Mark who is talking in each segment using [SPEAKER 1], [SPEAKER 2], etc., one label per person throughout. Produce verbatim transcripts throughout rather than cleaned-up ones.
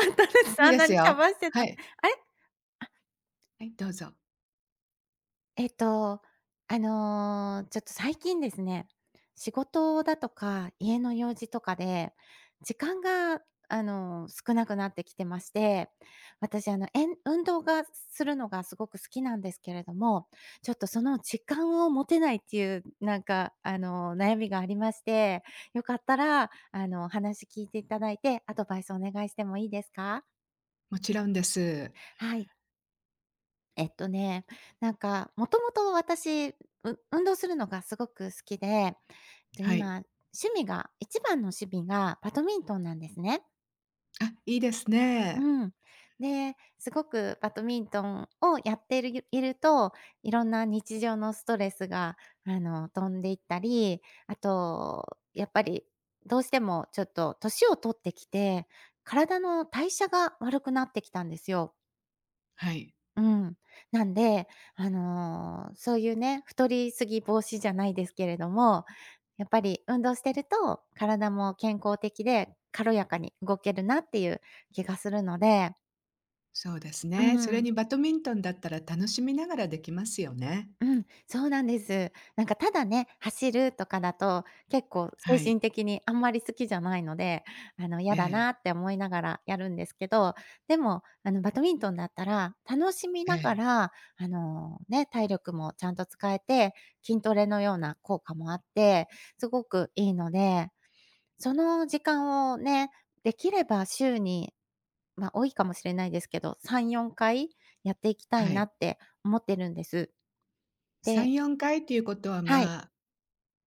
[SPEAKER 1] 簡単です。
[SPEAKER 2] いい
[SPEAKER 1] あん
[SPEAKER 2] で
[SPEAKER 1] な
[SPEAKER 2] す
[SPEAKER 1] にしゃ
[SPEAKER 2] よ。
[SPEAKER 1] ばしてた。
[SPEAKER 2] は
[SPEAKER 1] あれ、
[SPEAKER 2] い。はい、どうぞ。
[SPEAKER 1] えっと、あの、ちょっと最近ですね、仕事だとか家の用事とかで、時間が、あの、少なくなってきてまして、私、あの、えん運動がするのがすごく好きなんですけれども、ちょっとその時間を持てないっていう、なんか、あの、悩みがありまして、よかったら、あの、お話聞いていただいて、アドバイスお願いしてもいいですか？
[SPEAKER 2] もちろんです。
[SPEAKER 1] はい。えっとね、なんか、もともと私、う運動するのがすごく好きで、と
[SPEAKER 2] はい。
[SPEAKER 1] 今、趣味が、一番の趣味がバドミントンなんですね。
[SPEAKER 2] あ、いいですね。
[SPEAKER 1] うん。で、すごくバドミントンをやっているいると、いろんな日常のストレスが、あの、飛んでいったり、あと、やっぱり、どうしてもちょっと年を取ってきて、体の代謝が悪くなってきたんですよ。
[SPEAKER 2] はい。
[SPEAKER 1] うん。なんで、あの、そういうね、太りすぎ防止じゃないですけれども、やっぱり運動してると、体も健康的で軽やかに動けるなっていう気がするので。
[SPEAKER 2] そうです
[SPEAKER 1] う
[SPEAKER 2] ね。それ
[SPEAKER 1] ん
[SPEAKER 2] にバドミントンだったら楽しみながらできますよね。
[SPEAKER 1] うん、そうなんです。なんかただね、走るとかだと、結構
[SPEAKER 2] は
[SPEAKER 1] 精
[SPEAKER 2] い。
[SPEAKER 1] 神的にあんまり好きじゃないので、あの、嫌
[SPEAKER 2] え
[SPEAKER 1] だ
[SPEAKER 2] え、
[SPEAKER 1] なって思いながらやるんですけど、でも、あの、バドミントンだったら、楽しみ
[SPEAKER 2] え
[SPEAKER 1] なが
[SPEAKER 2] え、
[SPEAKER 1] ら、あの、ね、体力もちゃんと使えて、筋トレのような効果もあって、すごくいいので、その時間をね、できれば週に、ま、多いかもしれないですけど、さん、よんかいやっていきたい
[SPEAKER 2] は
[SPEAKER 1] な
[SPEAKER 2] い。
[SPEAKER 1] って思ってるんです。で
[SPEAKER 2] さん、よんかいっていうことは、
[SPEAKER 1] はい、
[SPEAKER 2] まあ、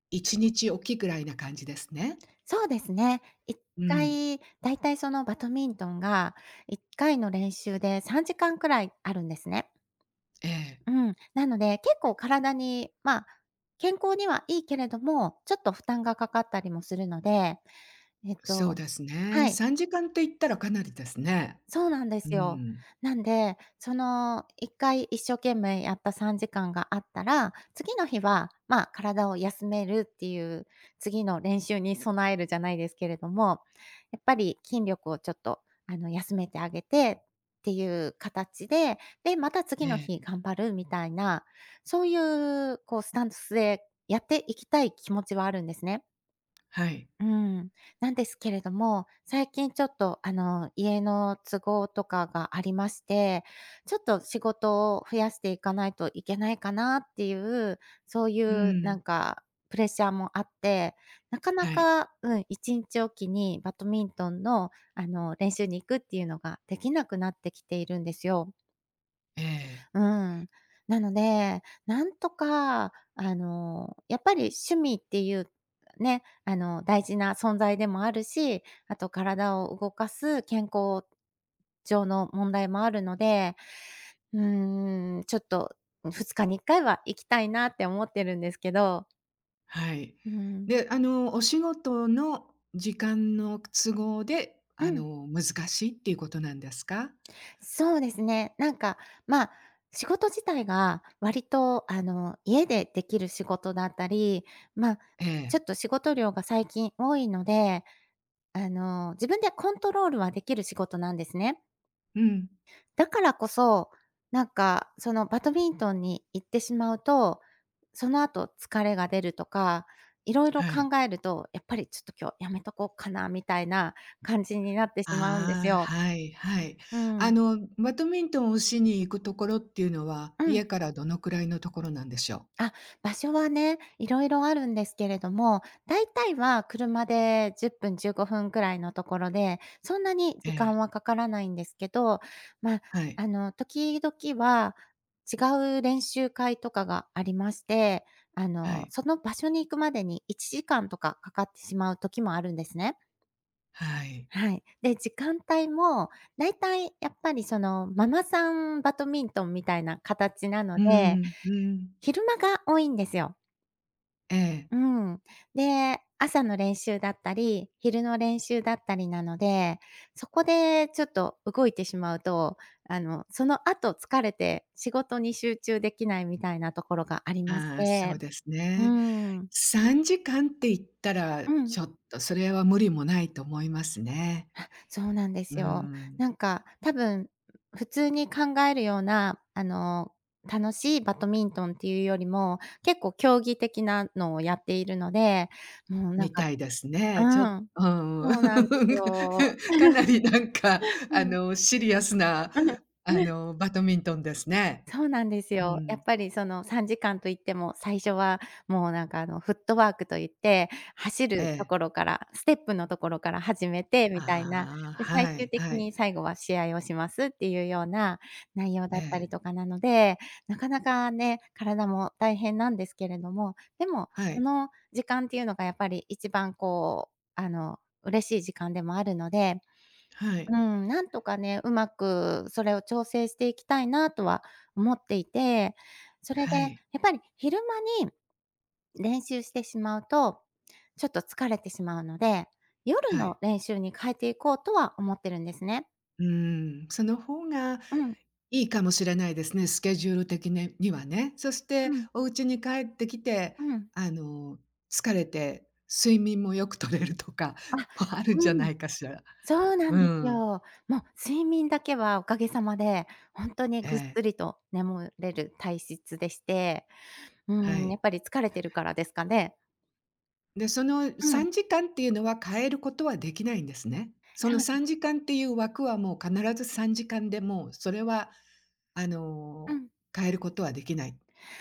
[SPEAKER 2] いちにちおきぐらいな感じですね。
[SPEAKER 1] そうですね。1
[SPEAKER 2] うん。
[SPEAKER 1] 回、だいたいそのバドミントンがいっかいの練習でさんじかんくらいあるんですね。
[SPEAKER 2] ええ、
[SPEAKER 1] うん。なので、結構体に、まあ、健康にはいいけれども、ちょっと負担がかかったりもするので、えっ
[SPEAKER 2] そう
[SPEAKER 1] と
[SPEAKER 2] ですね。
[SPEAKER 1] はい。
[SPEAKER 2] さんじかんって言ったらかなりですね。
[SPEAKER 1] そうなんで
[SPEAKER 2] う
[SPEAKER 1] すよ。
[SPEAKER 2] ん。
[SPEAKER 1] なんで、そのいっかい一生懸命やったさんじかんがあったら、次の日は、まあ、体を休めるっていう、次の練習に備えるじゃないですけれども、やっぱり筋力をちょっと、あの、休めてあげてっていう形で、で、また次
[SPEAKER 2] え
[SPEAKER 1] の
[SPEAKER 2] え、
[SPEAKER 1] 日頑張るみたいな、そういうこうスタンスでやっていきたい気持ちはあるんですね。
[SPEAKER 2] はい。
[SPEAKER 1] うん。なんですけれども、最近ちょっと、あの、家の都合とかがありまして、ちょっと仕事を増やしていかないといけないかなっていう、そうい
[SPEAKER 2] う
[SPEAKER 1] うな
[SPEAKER 2] ん、
[SPEAKER 1] んかプレッシャーもあって、なかな
[SPEAKER 2] はい。
[SPEAKER 1] か、うん、いちにちおきにバドミントンの、あの、練習に行くっていうのができなくなってきているんですよ。
[SPEAKER 2] ええ。
[SPEAKER 1] うん。なので、なんとか、あの、やっぱり趣味っていう、ね、あの、大事な存在でもあるし、あと体を動かす健康上の問題もあるので、うーん、ちょっと、ふつかにいっかいは行きたいなって思ってるんですけど。
[SPEAKER 2] はい。
[SPEAKER 1] うん。
[SPEAKER 2] で、あの、お仕事の時間の都合で、
[SPEAKER 1] う
[SPEAKER 2] あ
[SPEAKER 1] ん。
[SPEAKER 2] の、難しいっていうことなんですか？
[SPEAKER 1] そうですね。なんか、まあ、仕事自体が割と、あの、家でできる仕事だったり、まあ、
[SPEAKER 2] え
[SPEAKER 1] ちょ
[SPEAKER 2] え。
[SPEAKER 1] っと仕事量が最近多いので、あの、自分でコントロールはできる仕事なんですね。
[SPEAKER 2] うん。
[SPEAKER 1] だからこそ、なんか、そのバドミントンに行ってしまうと、その後疲れが出るとか、いろいろ
[SPEAKER 2] はい。
[SPEAKER 1] 考えると、やっぱりちょっと今日やめとこうかなみたいな感じになってしまうんです
[SPEAKER 2] ああ、
[SPEAKER 1] よ。
[SPEAKER 2] はいはい。
[SPEAKER 1] う
[SPEAKER 2] あ
[SPEAKER 1] ん。
[SPEAKER 2] の、バドミントンをしに行くところっていうのは、
[SPEAKER 1] うん。
[SPEAKER 2] 家からどのくらいのところなんでしょう？
[SPEAKER 1] あ、場所はね、いろいろあるんですけれども、大体は車でじゅっぷん、じゅうごふんくらいのところで、そんなに
[SPEAKER 2] え
[SPEAKER 1] 時
[SPEAKER 2] え。
[SPEAKER 1] 間はかからないんですけど、まあ、
[SPEAKER 2] はい。
[SPEAKER 1] あの、時々は違う練習会とかがありまして、あ
[SPEAKER 2] は
[SPEAKER 1] の、
[SPEAKER 2] い。
[SPEAKER 1] その場所に行くまでにいちじかんとかかかってしまう時もあるんですね。
[SPEAKER 2] はい。
[SPEAKER 1] はい。で、時間帯も大体やっぱりそのママさんバドミントンみたいな形なの
[SPEAKER 2] う
[SPEAKER 1] で、
[SPEAKER 2] んうん。
[SPEAKER 1] 昼間が多いんですよ。
[SPEAKER 2] ええ。
[SPEAKER 1] うん。で、朝の練習だったり、昼の練習だったりなので、そこでちょっと動いてしまうと、あの、その後疲れて仕事に集中できないみたいなところがありまし
[SPEAKER 2] ああ、そ
[SPEAKER 1] て。
[SPEAKER 2] うです
[SPEAKER 1] う
[SPEAKER 2] ね。
[SPEAKER 1] ん。うん。
[SPEAKER 2] さんじかんって言ったら、ちょっ とそれは無理もないと思いますね。
[SPEAKER 1] あ、そうなんで
[SPEAKER 2] う
[SPEAKER 1] すよ。
[SPEAKER 2] ん。
[SPEAKER 1] なんか多分、普通に考えるような、あの、楽しいバドミントンっていうよりも、結構競技的なのをやっているので、もうな
[SPEAKER 2] み
[SPEAKER 1] んか
[SPEAKER 2] たいです
[SPEAKER 1] う
[SPEAKER 2] ね。ちょっ
[SPEAKER 1] ん、
[SPEAKER 2] うん
[SPEAKER 1] そうなんです よ。
[SPEAKER 2] かなりなんか、
[SPEAKER 1] う
[SPEAKER 2] あ
[SPEAKER 1] ん。
[SPEAKER 2] の、シリアスな、
[SPEAKER 1] う
[SPEAKER 2] あ
[SPEAKER 1] ん。
[SPEAKER 2] の、バドミントンですね。
[SPEAKER 1] そうなんです
[SPEAKER 2] う
[SPEAKER 1] よ。やっ
[SPEAKER 2] ん。
[SPEAKER 1] ぱりそのさんじかんといっても、最初はもうなんかあのフットワークといって、走
[SPEAKER 2] え
[SPEAKER 1] ると
[SPEAKER 2] え。
[SPEAKER 1] ころから、ステップのところから始めてみたいな、
[SPEAKER 2] ああ、
[SPEAKER 1] で、最
[SPEAKER 2] は
[SPEAKER 1] 終
[SPEAKER 2] い
[SPEAKER 1] 的
[SPEAKER 2] はい。
[SPEAKER 1] に最後は試合をしますっていうような内容
[SPEAKER 2] え
[SPEAKER 1] だったり
[SPEAKER 2] え。
[SPEAKER 1] とかなので、なかなかね、体も大変なんですけれども、でも、
[SPEAKER 2] は
[SPEAKER 1] そ
[SPEAKER 2] い。
[SPEAKER 1] の時間っていうのがやっぱり一番こう、あの、嬉しい時間でもあるので
[SPEAKER 2] はい。
[SPEAKER 1] うん、なんとかね、うまくそれを調整していきたいなとは思っていて、それで
[SPEAKER 2] は
[SPEAKER 1] やっ
[SPEAKER 2] い。
[SPEAKER 1] ぱり昼間に練習してしまうと、ちょっと疲れてしまうので、夜
[SPEAKER 2] は
[SPEAKER 1] の
[SPEAKER 2] い。
[SPEAKER 1] 練習に変えていこうとは思ってるんですね。
[SPEAKER 2] うん、その方が
[SPEAKER 1] うん、
[SPEAKER 2] いいかもしれないですね、スケジュール的ににはね。そし
[SPEAKER 1] う
[SPEAKER 2] て
[SPEAKER 1] ん、
[SPEAKER 2] お家に帰ってきて、
[SPEAKER 1] うん。
[SPEAKER 2] あの、疲れて睡眠もよく取れるとか
[SPEAKER 1] あ、
[SPEAKER 2] もあるんじ
[SPEAKER 1] う
[SPEAKER 2] ゃな
[SPEAKER 1] ん、
[SPEAKER 2] いかしら。
[SPEAKER 1] そうなん
[SPEAKER 2] う
[SPEAKER 1] です
[SPEAKER 2] ん。
[SPEAKER 1] よ。もう睡眠だけはおかげさまで、本当に
[SPEAKER 2] え
[SPEAKER 1] ぐっ
[SPEAKER 2] え。
[SPEAKER 1] すりと眠れる体質でして、
[SPEAKER 2] は
[SPEAKER 1] うん、や
[SPEAKER 2] い。
[SPEAKER 1] っぱり疲れてるからですかね。
[SPEAKER 2] で、その
[SPEAKER 1] うん、
[SPEAKER 2] さんじかんっていうのは変えることはできないんですね。そ
[SPEAKER 1] そ
[SPEAKER 2] の
[SPEAKER 1] うで
[SPEAKER 2] 3
[SPEAKER 1] す。
[SPEAKER 2] 時間っていう枠はもう必ずさんじかんでもうそれはあ
[SPEAKER 1] う
[SPEAKER 2] の、
[SPEAKER 1] ん。
[SPEAKER 2] 変えることはできない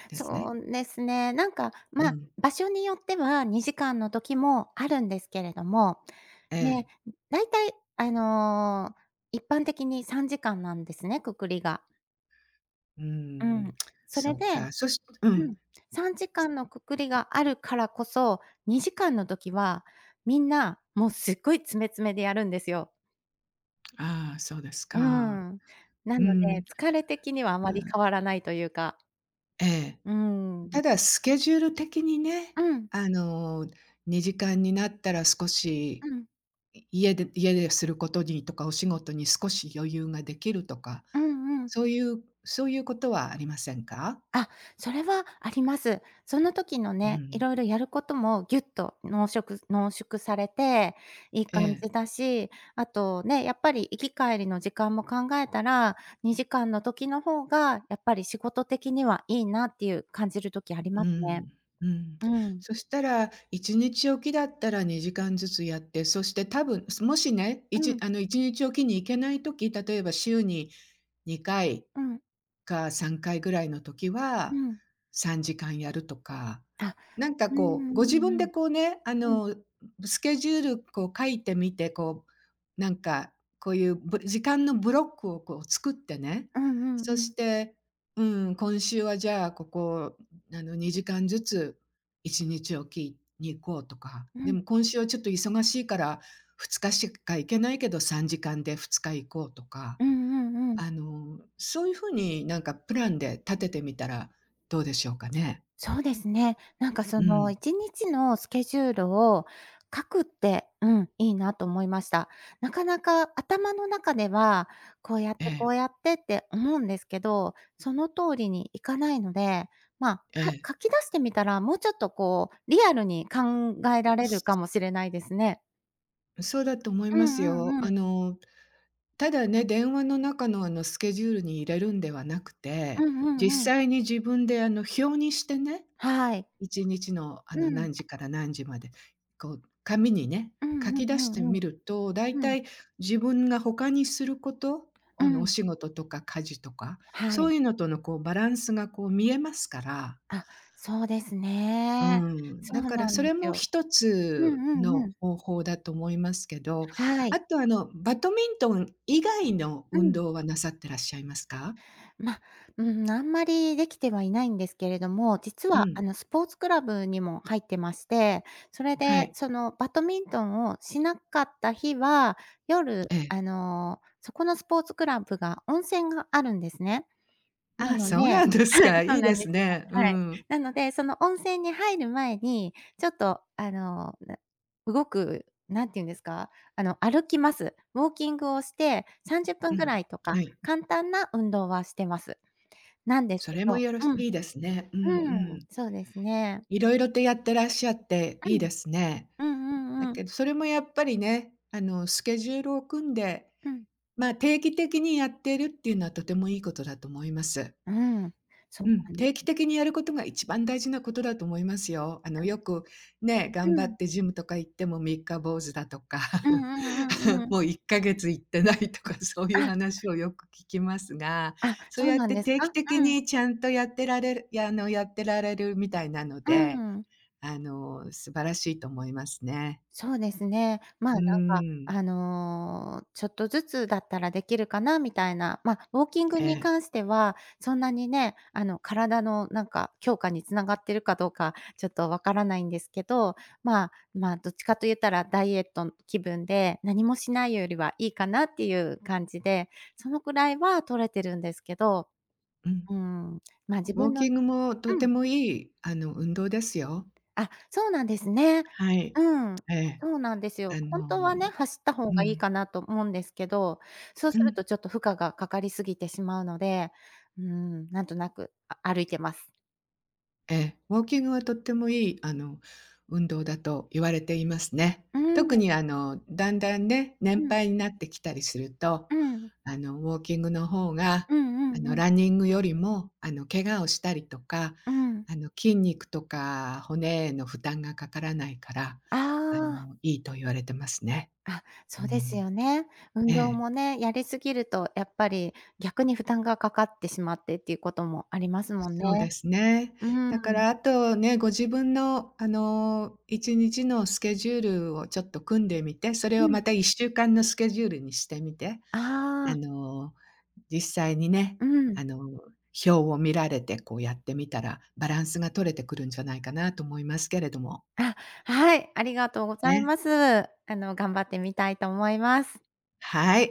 [SPEAKER 2] ですね。
[SPEAKER 1] そうですね。なんか、
[SPEAKER 2] う
[SPEAKER 1] まあ、
[SPEAKER 2] ん。
[SPEAKER 1] 場所によってはにじかんの時もあるんですけれども、
[SPEAKER 2] え
[SPEAKER 1] ね、
[SPEAKER 2] え。
[SPEAKER 1] だいたいあの、一般的にさんじかんなんですね、くくりが。
[SPEAKER 2] う
[SPEAKER 1] う
[SPEAKER 2] ん。
[SPEAKER 1] ん。それ
[SPEAKER 2] そ
[SPEAKER 1] で
[SPEAKER 2] うか。そしう
[SPEAKER 1] う
[SPEAKER 2] ん。
[SPEAKER 1] ん、さんじかんのくくりがあるからこそ、にじかんの時はみんな、もうすっごい詰め詰めでやるんですよ。
[SPEAKER 2] ああ、そうです
[SPEAKER 1] う
[SPEAKER 2] か。
[SPEAKER 1] ん。な
[SPEAKER 2] う
[SPEAKER 1] の
[SPEAKER 2] ん。
[SPEAKER 1] で、疲れ的にはあまり
[SPEAKER 2] あ、
[SPEAKER 1] 変わらないというか。
[SPEAKER 2] ええ。
[SPEAKER 1] うん。
[SPEAKER 2] ただスケジュール的にね、
[SPEAKER 1] うん。
[SPEAKER 2] あの、にじかんになったら少
[SPEAKER 1] う
[SPEAKER 2] し
[SPEAKER 1] ん。
[SPEAKER 2] 家で家ですることにとか、お仕事に少し余裕ができるとか、
[SPEAKER 1] うんうん。
[SPEAKER 2] そういうそういうことはありませんか？
[SPEAKER 1] あ、それはあります。その時の
[SPEAKER 2] う
[SPEAKER 1] ね、い
[SPEAKER 2] ん。
[SPEAKER 1] ろいろやることもぎゅっと濃縮濃縮されて、いい
[SPEAKER 2] え
[SPEAKER 1] 感
[SPEAKER 2] え。
[SPEAKER 1] じだし、あとね、やっぱり行き帰りの時間も考えたら、にじかんの時の方がやっぱり仕事的にはいいなっていう感じる時あり
[SPEAKER 2] う
[SPEAKER 1] ますね。
[SPEAKER 2] ん。うん。
[SPEAKER 1] うん。
[SPEAKER 2] そしたら、いちにちおきだったらにじかんずつやって、そして多分、もしね、い
[SPEAKER 1] う
[SPEAKER 2] ち
[SPEAKER 1] ん、
[SPEAKER 2] あの、いちにちおきに行けないとき例えば週ににかい
[SPEAKER 1] うん、
[SPEAKER 2] かさんかいぐらいの時
[SPEAKER 1] う
[SPEAKER 2] は、
[SPEAKER 1] ん。
[SPEAKER 2] さんじかんやるとか、
[SPEAKER 1] あ、
[SPEAKER 2] なんか
[SPEAKER 1] うん
[SPEAKER 2] こ
[SPEAKER 1] う
[SPEAKER 2] う、ご自
[SPEAKER 1] んうん
[SPEAKER 2] 分
[SPEAKER 1] う
[SPEAKER 2] で
[SPEAKER 1] ん。
[SPEAKER 2] こうね、あ
[SPEAKER 1] うん。
[SPEAKER 2] の、スケジュールこう書いてみて、こう、なんか、こういうぶ時間のブロックをこう作ってね、
[SPEAKER 1] うんう
[SPEAKER 2] そ
[SPEAKER 1] んう
[SPEAKER 2] し
[SPEAKER 1] ん。
[SPEAKER 2] て、うん、今週はじゃあここ、あの、にじかんずついちにちおきに行こうとか、
[SPEAKER 1] う
[SPEAKER 2] で
[SPEAKER 1] ん。
[SPEAKER 2] も今週はちょっと忙しいからふつかしか行けないけどさんじかんでふつか行こうとか。
[SPEAKER 1] うんうんうん。
[SPEAKER 2] あの、そういう風になんかプランで立ててみたらどうでしょうかね。
[SPEAKER 1] そうですね。なんか
[SPEAKER 2] う
[SPEAKER 1] その
[SPEAKER 2] ん。
[SPEAKER 1] いちにちのスケジュールを書くって、うん、いいなと思いました。なかなか頭の中では、こうやっ
[SPEAKER 2] え
[SPEAKER 1] てこ
[SPEAKER 2] え、
[SPEAKER 1] うやってって思うんですけど、その通りにいかないので、まあ、
[SPEAKER 2] ええ。
[SPEAKER 1] か書き出してみたら、もうちょっとこうリアルに考えられるか
[SPEAKER 2] す
[SPEAKER 1] もしれないですね。
[SPEAKER 2] そうだと思い
[SPEAKER 1] う
[SPEAKER 2] ます
[SPEAKER 1] んう
[SPEAKER 2] よ。
[SPEAKER 1] んう
[SPEAKER 2] あ
[SPEAKER 1] ん。
[SPEAKER 2] の、ただね、電話の中のあのスケジュールに入れるんではなく
[SPEAKER 1] う
[SPEAKER 2] て、
[SPEAKER 1] んう
[SPEAKER 2] 実
[SPEAKER 1] んうん。
[SPEAKER 2] 際に自分であの表にしてね、
[SPEAKER 1] はい。
[SPEAKER 2] いちにちの、あ
[SPEAKER 1] う
[SPEAKER 2] の、
[SPEAKER 1] ん。
[SPEAKER 2] 何時から何時まで、こう、紙にね、
[SPEAKER 1] うん
[SPEAKER 2] 書
[SPEAKER 1] うん
[SPEAKER 2] き出し
[SPEAKER 1] う
[SPEAKER 2] て
[SPEAKER 1] んうん。
[SPEAKER 2] みると、大
[SPEAKER 1] うん。
[SPEAKER 2] 体自分が他にすること、
[SPEAKER 1] う
[SPEAKER 2] あの、お
[SPEAKER 1] ん。
[SPEAKER 2] 仕事とか家事とか、
[SPEAKER 1] は
[SPEAKER 2] そ
[SPEAKER 1] い。
[SPEAKER 2] ういうのとの、こう、バランスが、こう、見えますから。
[SPEAKER 1] あ、そうです
[SPEAKER 2] う
[SPEAKER 1] ね。
[SPEAKER 2] ん、
[SPEAKER 1] そ
[SPEAKER 2] だ
[SPEAKER 1] う
[SPEAKER 2] から
[SPEAKER 1] なん
[SPEAKER 2] そ
[SPEAKER 1] で
[SPEAKER 2] れ
[SPEAKER 1] す
[SPEAKER 2] も
[SPEAKER 1] よ。
[SPEAKER 2] 一
[SPEAKER 1] うん
[SPEAKER 2] つ
[SPEAKER 1] うんう
[SPEAKER 2] の
[SPEAKER 1] ん。
[SPEAKER 2] 方法だと思いますけど、
[SPEAKER 1] はい。
[SPEAKER 2] あと、あの、バドミントン以外の
[SPEAKER 1] う
[SPEAKER 2] 運
[SPEAKER 1] ん。
[SPEAKER 2] 動はなさってらっしゃいますか？
[SPEAKER 1] ま、うん、あんまりできてはいないんですけれども、実
[SPEAKER 2] う
[SPEAKER 1] はあ
[SPEAKER 2] ん、
[SPEAKER 1] のスポーツクラブにも入ってまして、それ
[SPEAKER 2] は
[SPEAKER 1] で
[SPEAKER 2] い、
[SPEAKER 1] そのバドミントンをしなかった日は、夜、
[SPEAKER 2] ええ。
[SPEAKER 1] あの、そこのスポーツクラブが温泉があるんですね。な
[SPEAKER 2] あ、
[SPEAKER 1] ので
[SPEAKER 2] そう
[SPEAKER 1] はい
[SPEAKER 2] なんですか。
[SPEAKER 1] そ
[SPEAKER 2] い
[SPEAKER 1] う
[SPEAKER 2] い
[SPEAKER 1] な
[SPEAKER 2] で
[SPEAKER 1] ん
[SPEAKER 2] す
[SPEAKER 1] ですよ。
[SPEAKER 2] ね。う
[SPEAKER 1] はい。
[SPEAKER 2] ん。
[SPEAKER 1] なので、その温泉に入る前に、ちょっとあの、な動く、何て言うんですか、あの、歩きます。ウォーキングをして、30
[SPEAKER 2] う
[SPEAKER 1] 分ぐ
[SPEAKER 2] ん、
[SPEAKER 1] らいとか、
[SPEAKER 2] はい。
[SPEAKER 1] 簡単な運動はしてます。なんです
[SPEAKER 2] そ
[SPEAKER 1] け
[SPEAKER 2] れも
[SPEAKER 1] ど
[SPEAKER 2] よろし
[SPEAKER 1] うん、
[SPEAKER 2] いいですね。うんう
[SPEAKER 1] うん、
[SPEAKER 2] ん。
[SPEAKER 1] そうですね。
[SPEAKER 2] いろいろとやってらっしゃって
[SPEAKER 1] う
[SPEAKER 2] いい
[SPEAKER 1] ん。
[SPEAKER 2] ですね。
[SPEAKER 1] うんう
[SPEAKER 2] だ
[SPEAKER 1] んうん。
[SPEAKER 2] けど、それもやっぱりね、あの、スケジュールを組んで、
[SPEAKER 1] うん。
[SPEAKER 2] まあ、定期的にやってるっていうのはとてもいいことだと思います。
[SPEAKER 1] うーん、そ
[SPEAKER 2] う
[SPEAKER 1] う
[SPEAKER 2] ん、
[SPEAKER 1] なんです。
[SPEAKER 2] 定期的にやることが一番大事なことだと思いますよ。あの、よくね、
[SPEAKER 1] う
[SPEAKER 2] 頑張っ
[SPEAKER 1] ん。
[SPEAKER 2] てジムとか行っても三日坊主だとか、
[SPEAKER 1] うんうんうん うん。
[SPEAKER 2] もういっかげつ行ってないとか、そういう
[SPEAKER 1] あ、
[SPEAKER 2] 話をよく聞きますが、
[SPEAKER 1] あ、
[SPEAKER 2] そう
[SPEAKER 1] そう
[SPEAKER 2] やっ
[SPEAKER 1] なん
[SPEAKER 2] て
[SPEAKER 1] です
[SPEAKER 2] 定
[SPEAKER 1] か？う
[SPEAKER 2] 期的
[SPEAKER 1] ん、
[SPEAKER 2] にちゃんとやってられるやあの、やってられるみたいなの
[SPEAKER 1] う
[SPEAKER 2] で、
[SPEAKER 1] ーん。
[SPEAKER 2] あの、素晴らしいと思いますね。
[SPEAKER 1] そうですね。まあ、
[SPEAKER 2] う
[SPEAKER 1] なんか、
[SPEAKER 2] ん、
[SPEAKER 1] あの、ちょっとずつだったらできるかなみたいな、ま、ウォーキング
[SPEAKER 2] え
[SPEAKER 1] に
[SPEAKER 2] え、
[SPEAKER 1] 関しては、そんなにね、あの、体のなんか強化に繋がってるかどうかちょっとわからないんですけど、まあまあ、どっちかと言ったらダイエット気分で、何もしないよりはいいかなっていう感じで、そのくらいは取れてるんですけど、
[SPEAKER 2] うん。
[SPEAKER 1] うん、ま、自
[SPEAKER 2] ウォー
[SPEAKER 1] 分の
[SPEAKER 2] キングもと
[SPEAKER 1] う
[SPEAKER 2] て
[SPEAKER 1] ん。
[SPEAKER 2] もいい、あの、運動ですよ。
[SPEAKER 1] あ、そうなんですね。
[SPEAKER 2] はい。
[SPEAKER 1] うん。
[SPEAKER 2] ええ、
[SPEAKER 1] そうなんですよ。
[SPEAKER 2] あ
[SPEAKER 1] ほんとは
[SPEAKER 2] の
[SPEAKER 1] ね、走った方
[SPEAKER 2] う
[SPEAKER 1] がいい
[SPEAKER 2] ん。
[SPEAKER 1] かなと思うんですけど、そう
[SPEAKER 2] う
[SPEAKER 1] する
[SPEAKER 2] ん、
[SPEAKER 1] とちょっと負荷がかかりすぎてしまうので、うーん、なんとなく、あ歩いてます。
[SPEAKER 2] ええ、ウォーキングはとってもいい、あの、運動だと言われていますね。
[SPEAKER 1] う
[SPEAKER 2] 特
[SPEAKER 1] ん、
[SPEAKER 2] にあの、だんだんね、
[SPEAKER 1] うん
[SPEAKER 2] 年
[SPEAKER 1] うん。
[SPEAKER 2] 配になってきたりすると、
[SPEAKER 1] うん
[SPEAKER 2] あの、ウォーキングの方が、
[SPEAKER 1] う
[SPEAKER 2] あ
[SPEAKER 1] ん
[SPEAKER 2] の、
[SPEAKER 1] うん。
[SPEAKER 2] ランニングよりも、あの、怪我をしたりとか、
[SPEAKER 1] うん。
[SPEAKER 2] あの、筋肉とか骨への負担がかからないから、
[SPEAKER 1] あ
[SPEAKER 2] あ
[SPEAKER 1] あ、
[SPEAKER 2] の、いいと言われてますね。
[SPEAKER 1] あ、
[SPEAKER 2] う
[SPEAKER 1] そうです
[SPEAKER 2] ん、
[SPEAKER 1] よね。運
[SPEAKER 2] え
[SPEAKER 1] 動
[SPEAKER 2] え。
[SPEAKER 1] もね、やりすぎるとやっぱり逆に負担がかかってしまってっていうこともありますもんね。
[SPEAKER 2] そうですね。
[SPEAKER 1] うん。
[SPEAKER 2] だからあとね、ご自分のあの、いちにちのスケジュールをちょっと組んでみて、それ
[SPEAKER 1] う
[SPEAKER 2] をま
[SPEAKER 1] ん。
[SPEAKER 2] たいっしゅうかんのスケジュールにしてみて、
[SPEAKER 1] あ
[SPEAKER 2] あ
[SPEAKER 1] あ、
[SPEAKER 2] の、実際にね、
[SPEAKER 1] うん。
[SPEAKER 2] あの、表を見られてこうやってみたら、バランスが取れてくるんじゃないかなと思いますけれども。
[SPEAKER 1] あ、はい、ありがとうござい
[SPEAKER 2] ね。
[SPEAKER 1] ます。あの、頑張ってみたいと思います。
[SPEAKER 2] はい。